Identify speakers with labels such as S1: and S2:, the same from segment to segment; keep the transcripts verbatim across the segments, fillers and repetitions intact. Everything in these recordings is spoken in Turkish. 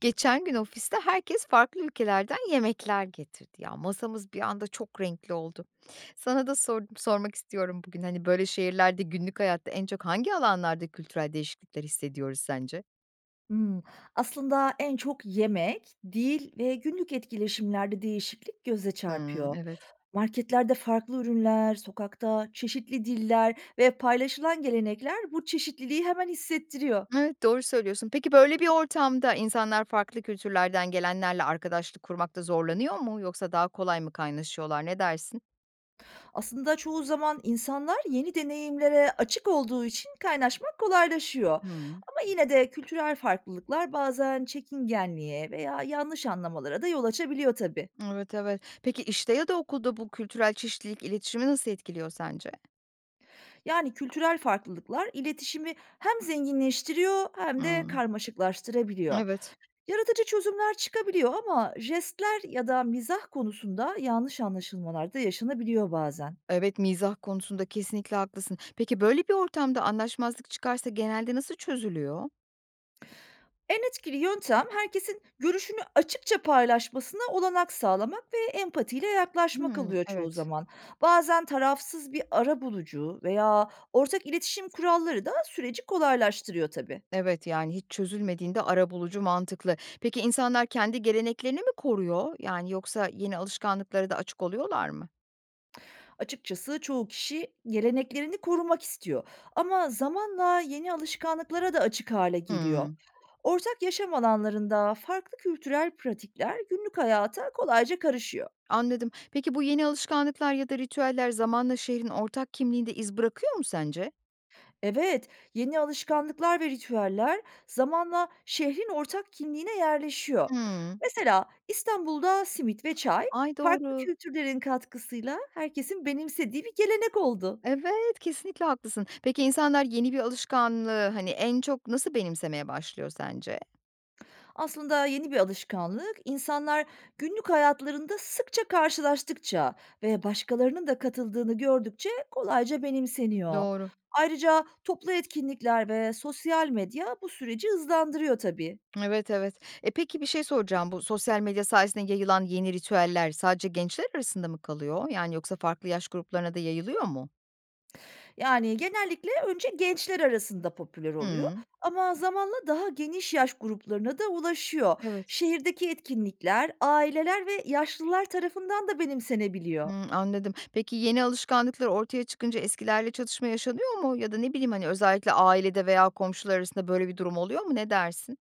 S1: Geçen gün ofiste herkes farklı ülkelerden yemekler getirdi ya. Masamız bir anda çok renkli oldu. Sana da sor- sormak istiyorum bugün hani böyle şehirlerde günlük hayatta en çok hangi alanlarda kültürel değişiklikler hissediyoruz sence?
S2: Hımm. Aslında en çok yemek, dil ve günlük etkileşimlerde değişiklik göze
S1: Hmm,
S2: çarpıyor.
S1: evet.
S2: Marketlerde farklı ürünler, sokakta çeşitli diller ve paylaşılan gelenekler bu çeşitliliği hemen hissettiriyor.
S1: Evet doğru söylüyorsun. Peki böyle bir ortamda insanlar farklı kültürlerden gelenlerle arkadaşlık kurmakta zorlanıyor mu yoksa daha kolay mı kaynaşıyorlar? Ne dersin?
S2: Aslında çoğu zaman insanlar yeni deneyimlere açık olduğu için kaynaşmak kolaylaşıyor.
S1: Hmm,
S2: Ama yine de kültürel farklılıklar bazen çekingenliğe veya yanlış anlamalara da yol açabiliyor tabii.
S1: evet evet. Peki işte ya da okulda bu kültürel çeşitlilik iletişimi nasıl etkiliyor sence?
S2: Yani kültürel farklılıklar iletişimi hem zenginleştiriyor hem de
S1: Hmm,
S2: karmaşıklaştırabiliyor.
S1: evet.
S2: Yaratıcı çözümler çıkabiliyor ama jestler ya da mizah konusunda yanlış anlaşılmalar da yaşanabiliyor bazen.
S1: Evet, mizah konusunda kesinlikle haklısın. Peki, böyle bir ortamda anlaşmazlık çıkarsa genelde nasıl çözülüyor?
S2: En etkili yöntem herkesin görüşünü açıkça paylaşmasına olanak sağlamak ve empatiyle yaklaşmak
S1: Hımm,
S2: oluyor çoğu
S1: evet.
S2: zaman. Bazen tarafsız bir arabulucu veya ortak iletişim kuralları da süreci kolaylaştırıyor tabii.
S1: Evet, yani hiç çözülmediğinde arabulucu mantıklı. Peki, insanlar kendi geleneklerini mi koruyor? Yani yoksa yeni alışkanlıklara da açık oluyorlar mı?
S2: Açıkçası çoğu kişi geleneklerini korumak istiyor ama zamanla yeni alışkanlıklara da açık hale geliyor.
S1: Hımm,
S2: Ortak yaşam alanlarında farklı kültürel pratikler günlük hayata kolayca karışıyor.
S1: anladım. Peki, bu yeni alışkanlıklar ya da ritüeller zamanla şehrin ortak kimliğinde iz bırakıyor mu sence?
S2: Evet, yeni alışkanlıklar ve ritüeller zamanla şehrin ortak kimliğine yerleşiyor.
S1: Hımm.
S2: Mesela İstanbul'da simit ve çay
S1: Ay,
S2: farklı
S1: doğru.
S2: kültürlerin katkısıyla herkesin benimsediği bir gelenek oldu.
S1: Evet, kesinlikle haklısın. Peki, insanlar yeni bir alışkanlığı, hani, en çok nasıl benimsemeye başlıyor sence?
S2: Aslında yeni bir alışkanlık, insanlar günlük hayatlarında sıkça karşılaştıkça ve başkalarının da katıldığını gördükçe kolayca benimseniyor.
S1: Doğru.
S2: Ayrıca toplu etkinlikler ve sosyal medya bu süreci hızlandırıyor tabii.
S1: Evet, evet. E, peki bir şey soracağım. Bu sosyal medya sayesinde yayılan yeni ritüeller sadece gençler arasında mı kalıyor? Yani yoksa farklı yaş gruplarına da yayılıyor mu?
S2: Yani genellikle önce gençler arasında popüler oluyor
S1: Hıı.
S2: ama zamanla daha geniş yaş gruplarına da ulaşıyor.
S1: Evet.
S2: Şehirdeki etkinlikler aileler ve yaşlılar tarafından da benimsenebiliyor.
S1: Hımm, anladım. Peki yeni alışkanlıklar ortaya çıkınca eskilerle çatışma yaşanıyor mu? Ya da ne bileyim, hani, özellikle ailede veya komşular arasında böyle bir durum oluyor mu? Ne dersin?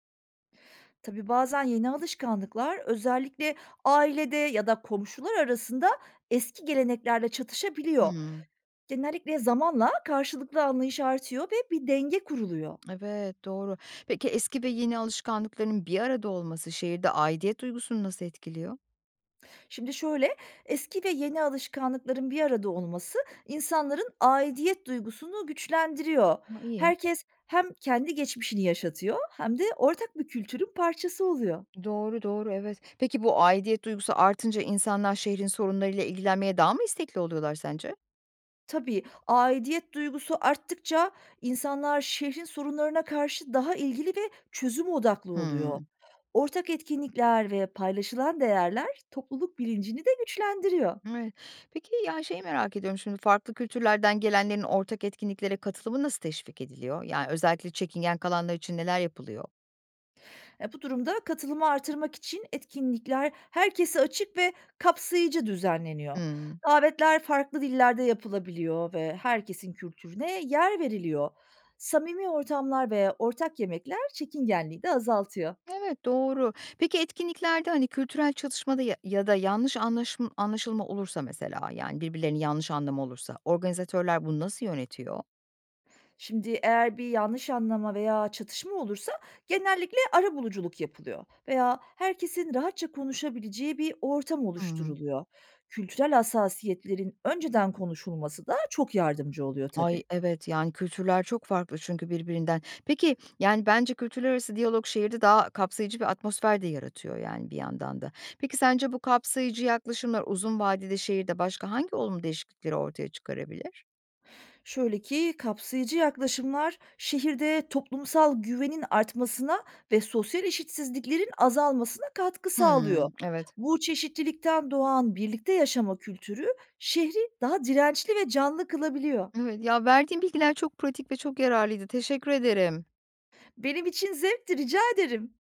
S2: Tabii bazen yeni alışkanlıklar özellikle ailede ya da komşular arasında eski geleneklerle çatışabiliyor.
S1: Hımm.
S2: Genellikle zamanla karşılıklı anlayış artıyor ve bir denge kuruluyor.
S1: Evet, doğru. Peki eski ve yeni alışkanlıkların bir arada olması şehirde aidiyet duygusunu nasıl etkiliyor?
S2: Şimdi şöyle, eski ve yeni alışkanlıkların bir arada olması insanların aidiyet duygusunu güçlendiriyor.
S1: A, iyi.
S2: Herkes hem kendi geçmişini yaşatıyor hem de ortak bir kültürün parçası oluyor.
S1: Doğru, doğru, evet. Peki bu aidiyet duygusu artınca insanlar şehrin sorunlarıyla ilgilenmeye daha mı istekli oluyorlar sence?
S2: Tabii, aidiyet duygusu arttıkça insanlar şehrin sorunlarına karşı daha ilgili ve çözüm odaklı oluyor.
S1: Hımm.
S2: Ortak etkinlikler ve paylaşılan değerler topluluk bilincini de güçlendiriyor.
S1: Evet. Peki, ya, şeyi merak ediyorum şimdi, farklı kültürlerden gelenlerin ortak etkinliklere katılımı nasıl teşvik ediliyor? Yani özellikle çekingen kalanlar için neler yapılıyor?
S2: E, bu durumda katılımı artırmak için etkinlikler herkese açık ve kapsayıcı düzenleniyor.
S1: Hımm.
S2: Davetler farklı dillerde yapılabiliyor ve herkesin kültürüne yer veriliyor. Samimi ortamlar ve ortak yemekler çekingenliği de azaltıyor.
S1: Evet, doğru. Peki etkinliklerde, hani, kültürel çatışmada ya ya da yanlış anlaşım anlaşılma olursa mesela, yani birbirlerini yanlış anlama olursa organizatörler bunu nasıl yönetiyor?
S2: Şimdi eğer bir yanlış anlama veya çatışma olursa genellikle arabuluculuk yapılıyor veya herkesin rahatça konuşabileceği bir ortam
S1: Hmm.
S2: oluşturuluyor. Kültürel hassasiyetlerin önceden konuşulması da çok yardımcı oluyor
S1: Ay,
S2: tabii.
S1: evet, yani, kültürler çok farklı çünkü birbirinden. Peki, yani, bence kültürler arası diyalog şehirde daha kapsayıcı bir atmosfer de yaratıyor, yani, bir yandan da. Peki, sence bu kapsayıcı yaklaşımlar uzun vadede şehirde başka hangi olumlu değişiklikleri ortaya çıkarabilir?
S2: Şöyle ki kapsayıcı yaklaşımlar şehirde toplumsal güvenin artmasına ve sosyal eşitsizliklerin azalmasına katkı sağlıyor.
S1: Hmm evet.
S2: Bu çeşitlilikten doğan birlikte yaşama kültürü şehri daha dirençli ve canlı kılabiliyor.
S1: Evet, ya, verdiğin bilgiler çok pratik ve çok yararlıydı. Teşekkür ederim.
S2: Benim için zevkti, rica ederim.